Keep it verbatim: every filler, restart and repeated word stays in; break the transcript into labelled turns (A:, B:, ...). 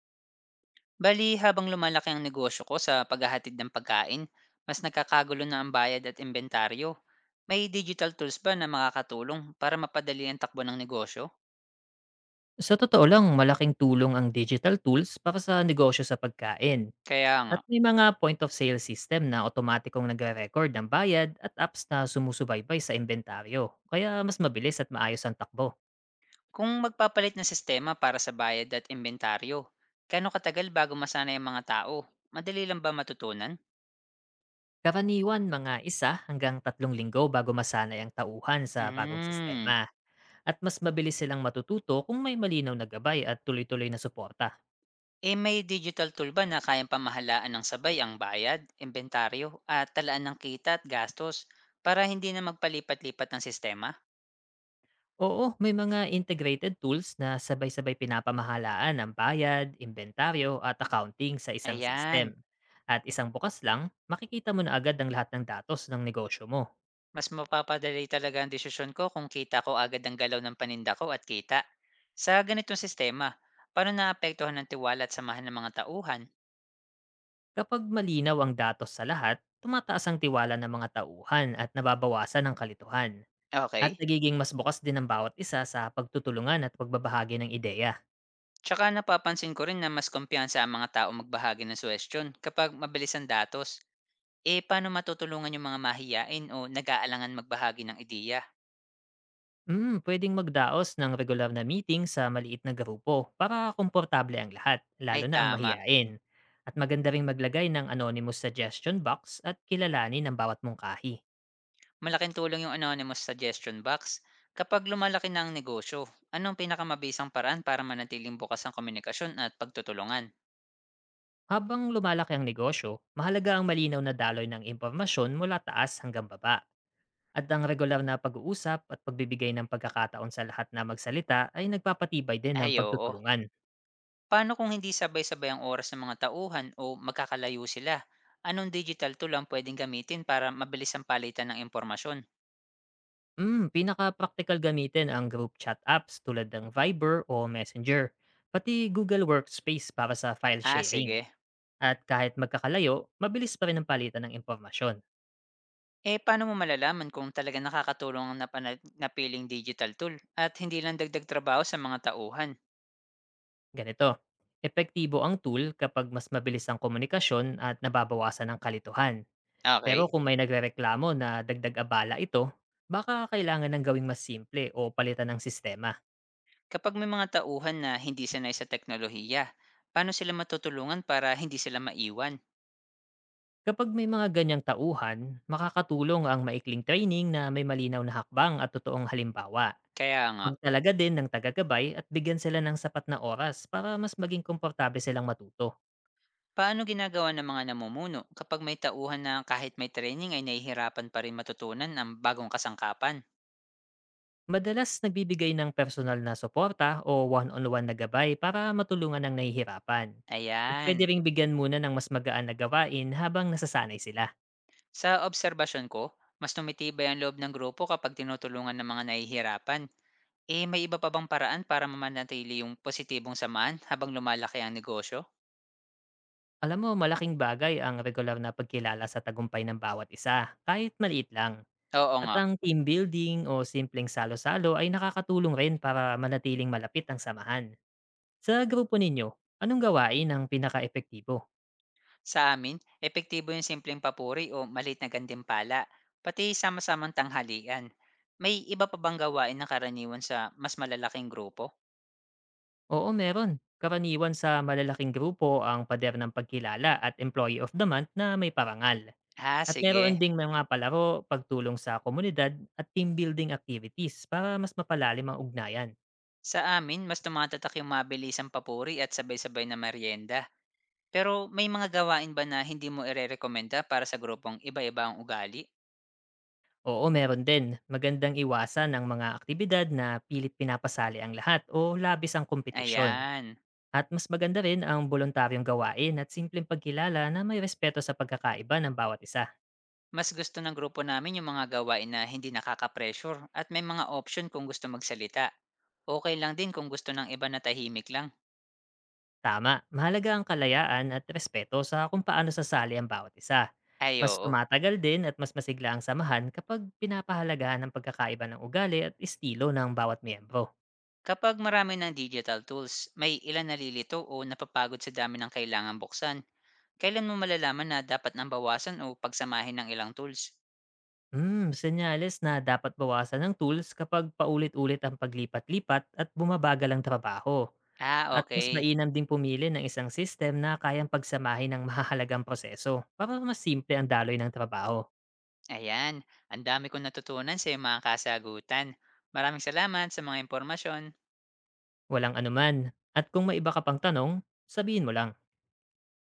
A: Bali, habang lumalaki ang negosyo ko sa paghahatid ng pagkain, mas nagkakagulo na ang bayad at inventaryo. May digital tools ba na makakatulong para mapadali ang takbo ng negosyo?
B: Sa totoo lang, malaking tulong ang digital tools para sa negosyo sa pagkain.
A: Kaya nga,
B: At may mga point of sale system na otomatikong nagre-record ng bayad at apps na sumusubaybay sa inventaryo. Kaya mas mabilis at maayos ang takbo.
A: kung magpapalit ng sistema para sa bayad at inventaryo, kano katagal bago masanay ang mga tao? Madali lang ba matutunan?
B: Karaniwan mga isa hanggang tatlong linggo bago masanay ang tauhan sa bagong
A: Hmm.
B: sistema. At mas mabilis silang matututo kung may malinaw na gabay at tuloy-tuloy na suporta.
A: Eh may digital tool ba na kayang pamahalaan ng sabay ang bayad, inventaryo, at talaan ng kita at gastos para hindi na magpalipat-lipat ng sistema?
B: Oo, may mga integrated tools na sabay-sabay pinapamahalaan ang bayad, inventaryo at accounting sa isang
A: Ayan.
B: system. At isang bukas lang, makikita mo na agad ang lahat ng datos ng negosyo mo.
A: Mas mapapadali talaga ang desisyon ko kung kita ko agad ang galaw ng paninda ko at kita. Sa ganitong sistema, paano naapektuhan ang tiwala at samahan ng mga tauhan?
B: Kapag malinaw ang datos sa lahat, tumataas ang tiwala ng mga tauhan at nababawasan ang kalituhan. At
A: Okay.
B: nagiging mas bukas din ang bawat isa sa pagtutulungan at pagbabahagi ng ideya.
A: Tsaka napapansin ko rin na mas kumpiyansa ang mga tao magbahagi ng suwestyon kapag mabilis ang datos. Eh, paano matutulungan yung mga mahiyain o nag-aalangan magbahagi ng ideya?
B: Mm, pwedeng magdaos ng regular na meeting sa maliit na grupo para komportable ang lahat,
A: Ay
B: lalo na ang
A: tama,
B: mahiyain. At maganda ring maglagay ng anonymous suggestion box at kilalanin ang bawat mungkahi.
A: malaking tulong yung anonymous suggestion box. Kapag lumalaki na ang negosyo, anong pinakamabisang paraan para manatiling bukas ang komunikasyon at pagtutulungan?
B: Habang lumalaki ang negosyo, mahalaga ang malinaw na daloy ng impormasyon mula taas hanggang baba. At ang regular na pag-uusap at pagbibigay ng pagkakataon sa lahat na magsalita ay nagpapatibay din ng
A: Ay, oo.
B: pagtutulungan.
A: Paano kung hindi sabay-sabay ang oras ng mga tauhan o magkakalayo sila? Anong digital tool ang pwedeng gamitin para mabilis ang palitan ng impormasyon?
B: Mm, pinaka-praktikal gamitin ang group chat apps tulad ng Viber o Messenger, pati Google Workspace para sa file
A: Ah,
B: sharing.
A: sige.
B: At kahit magkakalayo, mabilis pa rin ang palitan ng impormasyon.
A: Eh, paano mo malalaman kung talaga nakakatulong ang napana- napiling digital tool at hindi lang dagdag trabaho sa mga tauhan?
B: Ganito, epektibo ang tool kapag mas mabilis ang komunikasyon at nababawasan ang kalituhan. Pero
A: Okay.
B: kung may nagrereklamo na dagdag abala ito, baka kailangan ng gawing mas simple o palitan ng sistema.
A: Kapag may mga tauhan na hindi sanay sa teknolohiya, paano sila matutulungan para hindi sila maiwan?
B: Kapag may mga ganyang tauhan, makakatulong ang maikling training na may malinaw na hakbang at totoong halimbawa.
A: Kaya nga,
B: Magtalaga din ng taga-gabay at bigyan sila ng sapat na oras para mas maging komportable silang matuto.
A: paano ginagawa ng mga namumuno kapag may tauhan na kahit may training ay nahihirapan pa rin matutunan ang bagong kasangkapan?
B: Madalas nagbibigay ng personal na suporta o one-on-one na gabay para matulungan ang nahihirapan. At pwede
A: Ayan.
B: ring bigyan muna ng mas magaan na gawain habang nasasanay sila.
A: Sa obserbasyon ko, mas tumitibay ang loob ng grupo kapag tinutulungan ng mga nahihirapan. Eh, may iba pa bang paraan para mamanatili yung positibong samaan habang lumalaki ang negosyo?
B: Alam mo, malaking bagay ang regular na pagkilala sa tagumpay ng bawat isa, kahit maliit lang.
A: Oo
B: At
A: nga.
B: ang team building o simpleng salo-salo ay nakakatulong rin para manatiling malapit ang samahan. Sa grupo ninyo, anong gawain ang pinaka-epektibo?
A: Sa amin, epektibo yung simpleng papuri o maliit na gantimpala, pati sama-samang tanghalian. May iba pa bang gawain na karaniwan sa mas malalaking grupo?
B: Oo, meron. Karaniwan sa malalaking grupo ang pader ng pagkilala at employee of the month na may parangal.
A: Ha,
B: At meron
A: sige.
B: ding mga palaro, pagtulong sa komunidad at team building activities para mas mapalalim ang ugnayan.
A: Sa amin, mas tumatatak yung mabilisang papuri at sabay-sabay na merienda. Pero may mga gawain ba na hindi mo irerekomenda para sa grupong iba-iba ang ugali?
B: Oo, meron din. Magandang iwasan ng mga aktibidad na pilit pinapasali ang lahat o labis ang kompetisyon.
A: Ayan.
B: At mas maganda rin ang voluntaryong gawain at simpleng pagkilala na may respeto sa pagkakaiba ng bawat isa.
A: Mas gusto ng grupo namin yung mga gawain na hindi nakaka-pressure at may mga option kung gusto magsalita. Okay lang din kung gusto ng iba na tahimik lang.
B: Tama, mahalaga ang kalayaan at respeto sa kung paano sasali ang bawat isa.
A: Ay
B: Mas
A: oo.
B: tumatagal din at mas masigla ang samahan kapag pinapahalagahan ang pagkakaiba ng ugali at estilo ng bawat miyembro.
A: Kapag marami ng digital tools, may ilan nalilito o napapagod sa dami ng kailangan buksan. Kailan mo malalaman na dapat nang bawasan o pagsamahin ng ilang tools?
B: Hmm, senyales na dapat bawasan ng tools kapag paulit-ulit ang paglipat-lipat at bumabagal ang trabaho.
A: Ah,
B: At mas
A: okay.
B: mainam ding pumili ng isang system na kayang pagsamahin ng mahalagang proseso para mas simple ang daloy ng trabaho.
A: Ayan, ang dami kong natutunan sa iyong mga kasagutan. Maraming salamat sa mga impormasyon.
B: Walang anuman. At kung may iba ka pang tanong, sabihin mo lang.